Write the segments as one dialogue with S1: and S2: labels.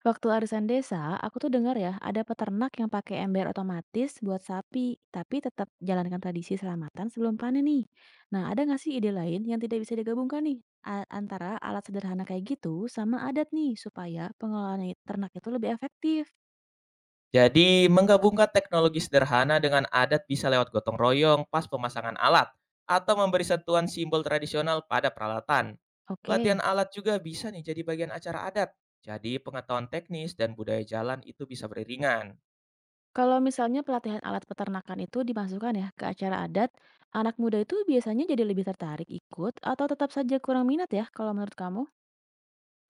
S1: Waktu arisan desa, aku tuh dengar ya, ada peternak yang pakai ember otomatis buat sapi, tapi tetap jalankan tradisi selamatan sebelum panen nih. Nah, ada nggak sih ide lain yang tidak bisa digabungkan nih? Antara alat sederhana kayak gitu sama adat nih, supaya pengelolaan ternak itu lebih efektif.
S2: Jadi, menggabungkan teknologi sederhana dengan adat bisa lewat gotong royong pas pemasangan alat, atau memberi sentuhan simbol tradisional pada peralatan.
S1: Oke,
S2: Pelatihan alat juga bisa nih jadi bagian acara adat. Jadi, pengetahuan teknis dan budaya jalan itu bisa beriringan.
S1: kalau misalnya pelatihan alat peternakan itu dimasukkan ya ke acara adat, anak muda itu biasanya jadi lebih tertarik ikut atau tetap saja kurang minat ya kalau menurut kamu?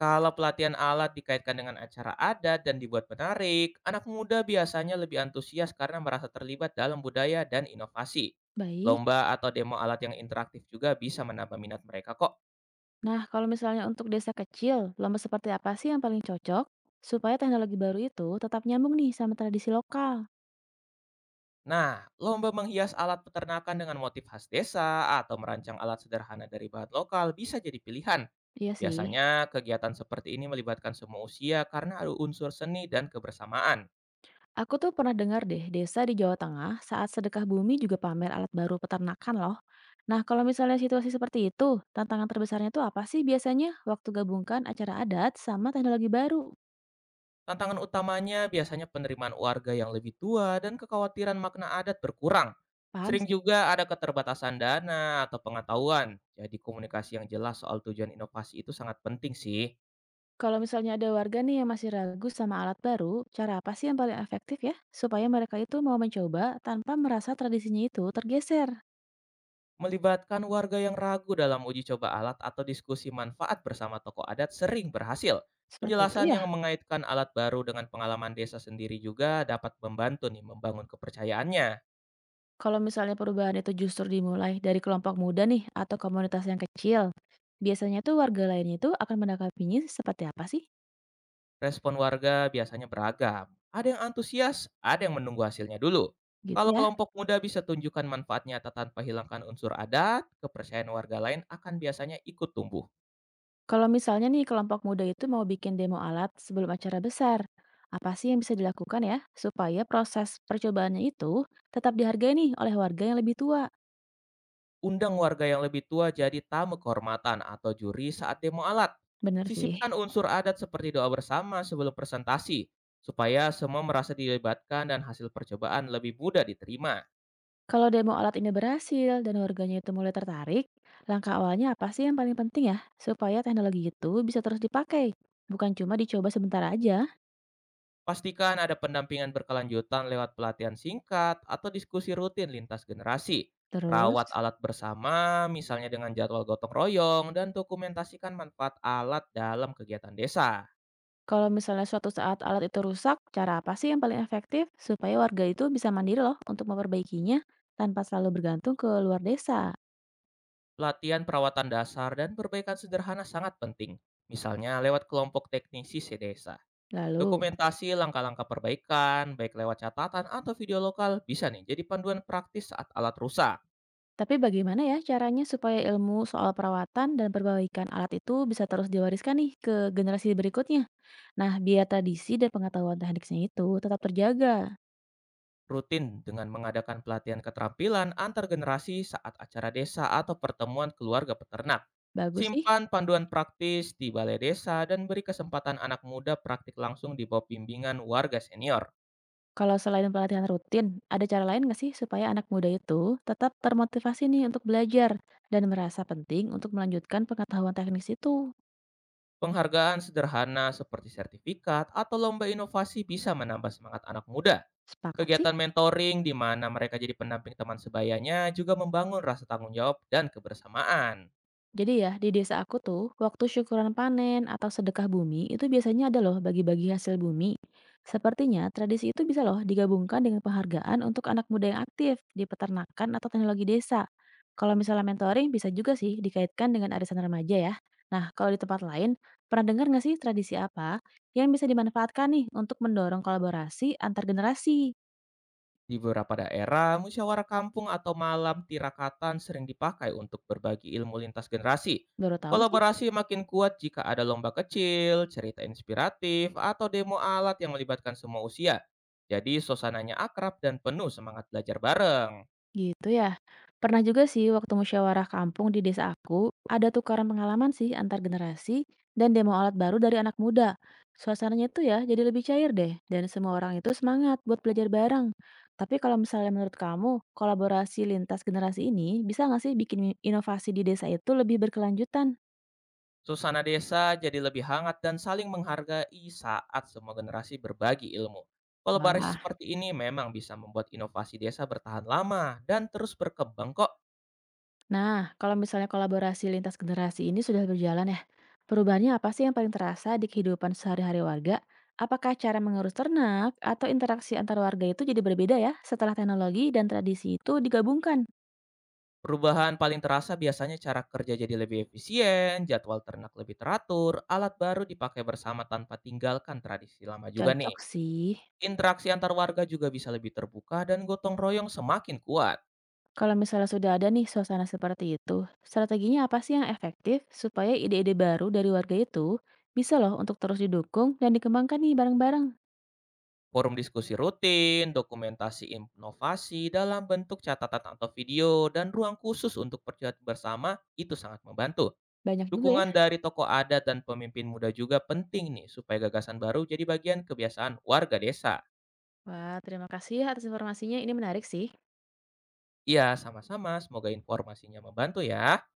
S2: Kalau pelatihan alat dikaitkan dengan acara adat dan dibuat menarik, anak muda biasanya lebih antusias karena merasa terlibat dalam budaya dan inovasi.
S1: Baik.
S2: Lomba atau demo alat yang interaktif juga bisa menambah minat mereka kok.
S1: Nah, kalau misalnya untuk desa kecil, lomba seperti apa sih yang paling cocok supaya teknologi baru itu tetap nyambung nih sama tradisi lokal?
S2: Nah, lomba menghias alat peternakan dengan motif khas desa atau merancang alat sederhana dari bahan lokal bisa jadi pilihan.
S1: Iya sih.
S2: Biasanya, kegiatan seperti ini melibatkan semua usia karena ada unsur seni dan kebersamaan.
S1: Aku tuh pernah dengar deh, desa di Jawa Tengah saat sedekah bumi juga pamer alat baru peternakan loh. Nah, kalau misalnya situasi seperti itu, tantangan terbesarnya tuh apa sih biasanya waktu gabungkan acara adat sama teknologi baru?
S2: Tantangan utamanya biasanya penerimaan warga yang lebih tua dan kekhawatiran makna adat berkurang.
S1: Paham
S2: Sering
S1: sih.
S2: juga ada keterbatasan dana atau pengetahuan, jadi komunikasi yang jelas soal tujuan inovasi itu sangat penting sih.
S1: Kalau misalnya ada warga nih yang masih ragu sama alat baru, cara apa sih yang paling efektif ya supaya mereka itu mau mencoba tanpa merasa tradisinya itu tergeser?
S2: Melibatkan warga yang ragu dalam uji coba alat atau diskusi manfaat bersama tokoh adat sering berhasil.
S1: Seperti itu
S2: Penjelasan
S1: ya?
S2: yang mengaitkan alat baru dengan pengalaman desa sendiri juga dapat membantu nih membangun kepercayaannya.
S1: Kalau misalnya perubahan itu justru dimulai dari kelompok muda nih atau komunitas yang kecil, biasanya tuh warga lainnya itu akan menanggapinya seperti apa sih?
S2: Respon warga biasanya beragam. Ada yang antusias, ada yang menunggu hasilnya dulu.
S1: Gitu
S2: Kalau
S1: ya.
S2: kelompok muda bisa tunjukkan manfaat nyata tanpa hilangkan unsur adat, kepercayaan warga lain akan biasanya ikut tumbuh.
S1: Kalau misalnya nih kelompok muda itu mau bikin demo alat sebelum acara besar, apa sih yang bisa dilakukan ya supaya proses percobaannya itu tetap dihargai nih oleh warga yang lebih tua?
S2: Undang warga yang lebih tua jadi tamu kehormatan atau juri saat demo alat.
S1: Bener sih.
S2: Sisipkan unsur adat seperti doa bersama sebelum presentasi, supaya semua merasa dilibatkan dan hasil percobaan lebih mudah diterima.
S1: Kalau demo alat ini berhasil dan warganya itu mulai tertarik, langkah awalnya apa sih yang paling penting ya? Supaya teknologi itu bisa terus dipakai, bukan cuma dicoba sebentar aja.
S2: Pastikan ada pendampingan berkelanjutan lewat pelatihan singkat atau diskusi rutin lintas generasi.
S1: Terus,
S2: Rawat alat bersama, misalnya dengan jadwal gotong royong, dan dokumentasikan manfaat alat dalam kegiatan desa.
S1: kalau misalnya suatu saat alat itu rusak, cara apa sih yang paling efektif supaya warga itu bisa mandiri loh untuk memperbaikinya tanpa selalu bergantung ke luar desa?
S2: Latihan perawatan dasar dan perbaikan sederhana sangat penting, misalnya lewat kelompok teknisi sedesa.
S1: Lalu,
S2: Dokumentasi langkah-langkah perbaikan, baik lewat catatan atau video lokal, bisa nih jadi panduan praktis saat alat rusak.
S1: tapi bagaimana ya caranya supaya ilmu soal perawatan dan perbaikan alat itu bisa terus diwariskan nih ke generasi berikutnya? Nah, biar tradisi dan pengetahuan teknisnya itu tetap terjaga.
S2: Rutin dengan mengadakan pelatihan keterampilan antar generasi saat acara desa atau pertemuan keluarga peternak.
S1: Bagus sih.
S2: Simpan panduan praktis di balai desa dan beri kesempatan anak muda praktik langsung di bawah bimbingan warga senior.
S1: Kalau selain pelatihan rutin, ada cara lain nggak sih supaya anak muda itu tetap termotivasi nih untuk belajar dan merasa penting untuk melanjutkan pengetahuan teknis itu?
S2: Penghargaan sederhana seperti sertifikat atau lomba inovasi bisa menambah semangat anak muda.
S1: Sepakat sih?
S2: Kegiatan mentoring di mana mereka jadi pendamping teman sebayanya juga membangun rasa tanggung jawab dan kebersamaan.
S1: Jadi ya, di desa aku tuh, waktu syukuran panen atau sedekah bumi itu biasanya ada loh bagi-bagi hasil bumi. Sepertinya tradisi itu bisa loh digabungkan dengan penghargaan untuk anak muda yang aktif di peternakan atau teknologi desa. Kalau misalnya mentoring bisa juga sih dikaitkan dengan arisan remaja ya. Nah, kalau di tempat lain, pernah dengar nggak sih tradisi apa yang bisa dimanfaatkan nih untuk mendorong kolaborasi antar generasi?
S2: Di beberapa daerah, musyawarah kampung atau malam tirakatan sering dipakai untuk berbagi ilmu lintas generasi.
S1: Baru tahu sih.
S2: Kolaborasi makin kuat jika ada lomba kecil, cerita inspiratif, atau demo alat yang melibatkan semua usia. Jadi suasananya akrab dan penuh semangat belajar bareng.
S1: Gitu ya. Pernah juga sih waktu musyawarah kampung di desa aku, ada tukaran pengalaman sih antar generasi dan demo alat baru dari anak muda. Suasananya tuh ya jadi lebih cair deh dan semua orang itu semangat buat belajar bareng. Tapi kalau misalnya menurut kamu, kolaborasi lintas generasi ini bisa nggak sih bikin inovasi di desa itu lebih berkelanjutan?
S2: Suasana desa jadi lebih hangat dan saling menghargai saat semua generasi berbagi ilmu. Kolaborasi
S1: Wah.
S2: seperti ini memang bisa membuat inovasi desa bertahan lama dan terus berkembang kok.
S1: Nah, kalau misalnya kolaborasi lintas generasi ini sudah berjalan ya, perubahannya apa sih yang paling terasa di kehidupan sehari-hari warga? Apakah cara mengurus ternak atau interaksi antar warga itu jadi berbeda ya setelah teknologi dan tradisi itu digabungkan?
S2: Perubahan paling terasa biasanya cara kerja jadi lebih efisien, jadwal ternak lebih teratur, alat baru dipakai bersama tanpa tinggalkan tradisi lama juga
S1: Cocok
S2: nih.
S1: sih.
S2: Interaksi antar warga juga bisa lebih terbuka dan gotong royong semakin kuat.
S1: Kalau misalnya sudah ada nih suasana seperti itu, strateginya apa sih yang efektif supaya ide-ide baru dari warga itu bisa loh untuk terus didukung dan dikembangkan nih bareng-bareng?
S2: Forum diskusi rutin, dokumentasi inovasi dalam bentuk catatan atau video, dan ruang khusus untuk percaya bersama itu sangat membantu.
S1: Banyak juga ya.
S2: Dukungan dari tokoh adat dan pemimpin muda juga penting nih supaya gagasan baru jadi bagian kebiasaan warga desa.
S1: Wah, terima kasih ya atas informasinya. Ini menarik sih.
S2: Iya, sama-sama. Semoga informasinya membantu ya.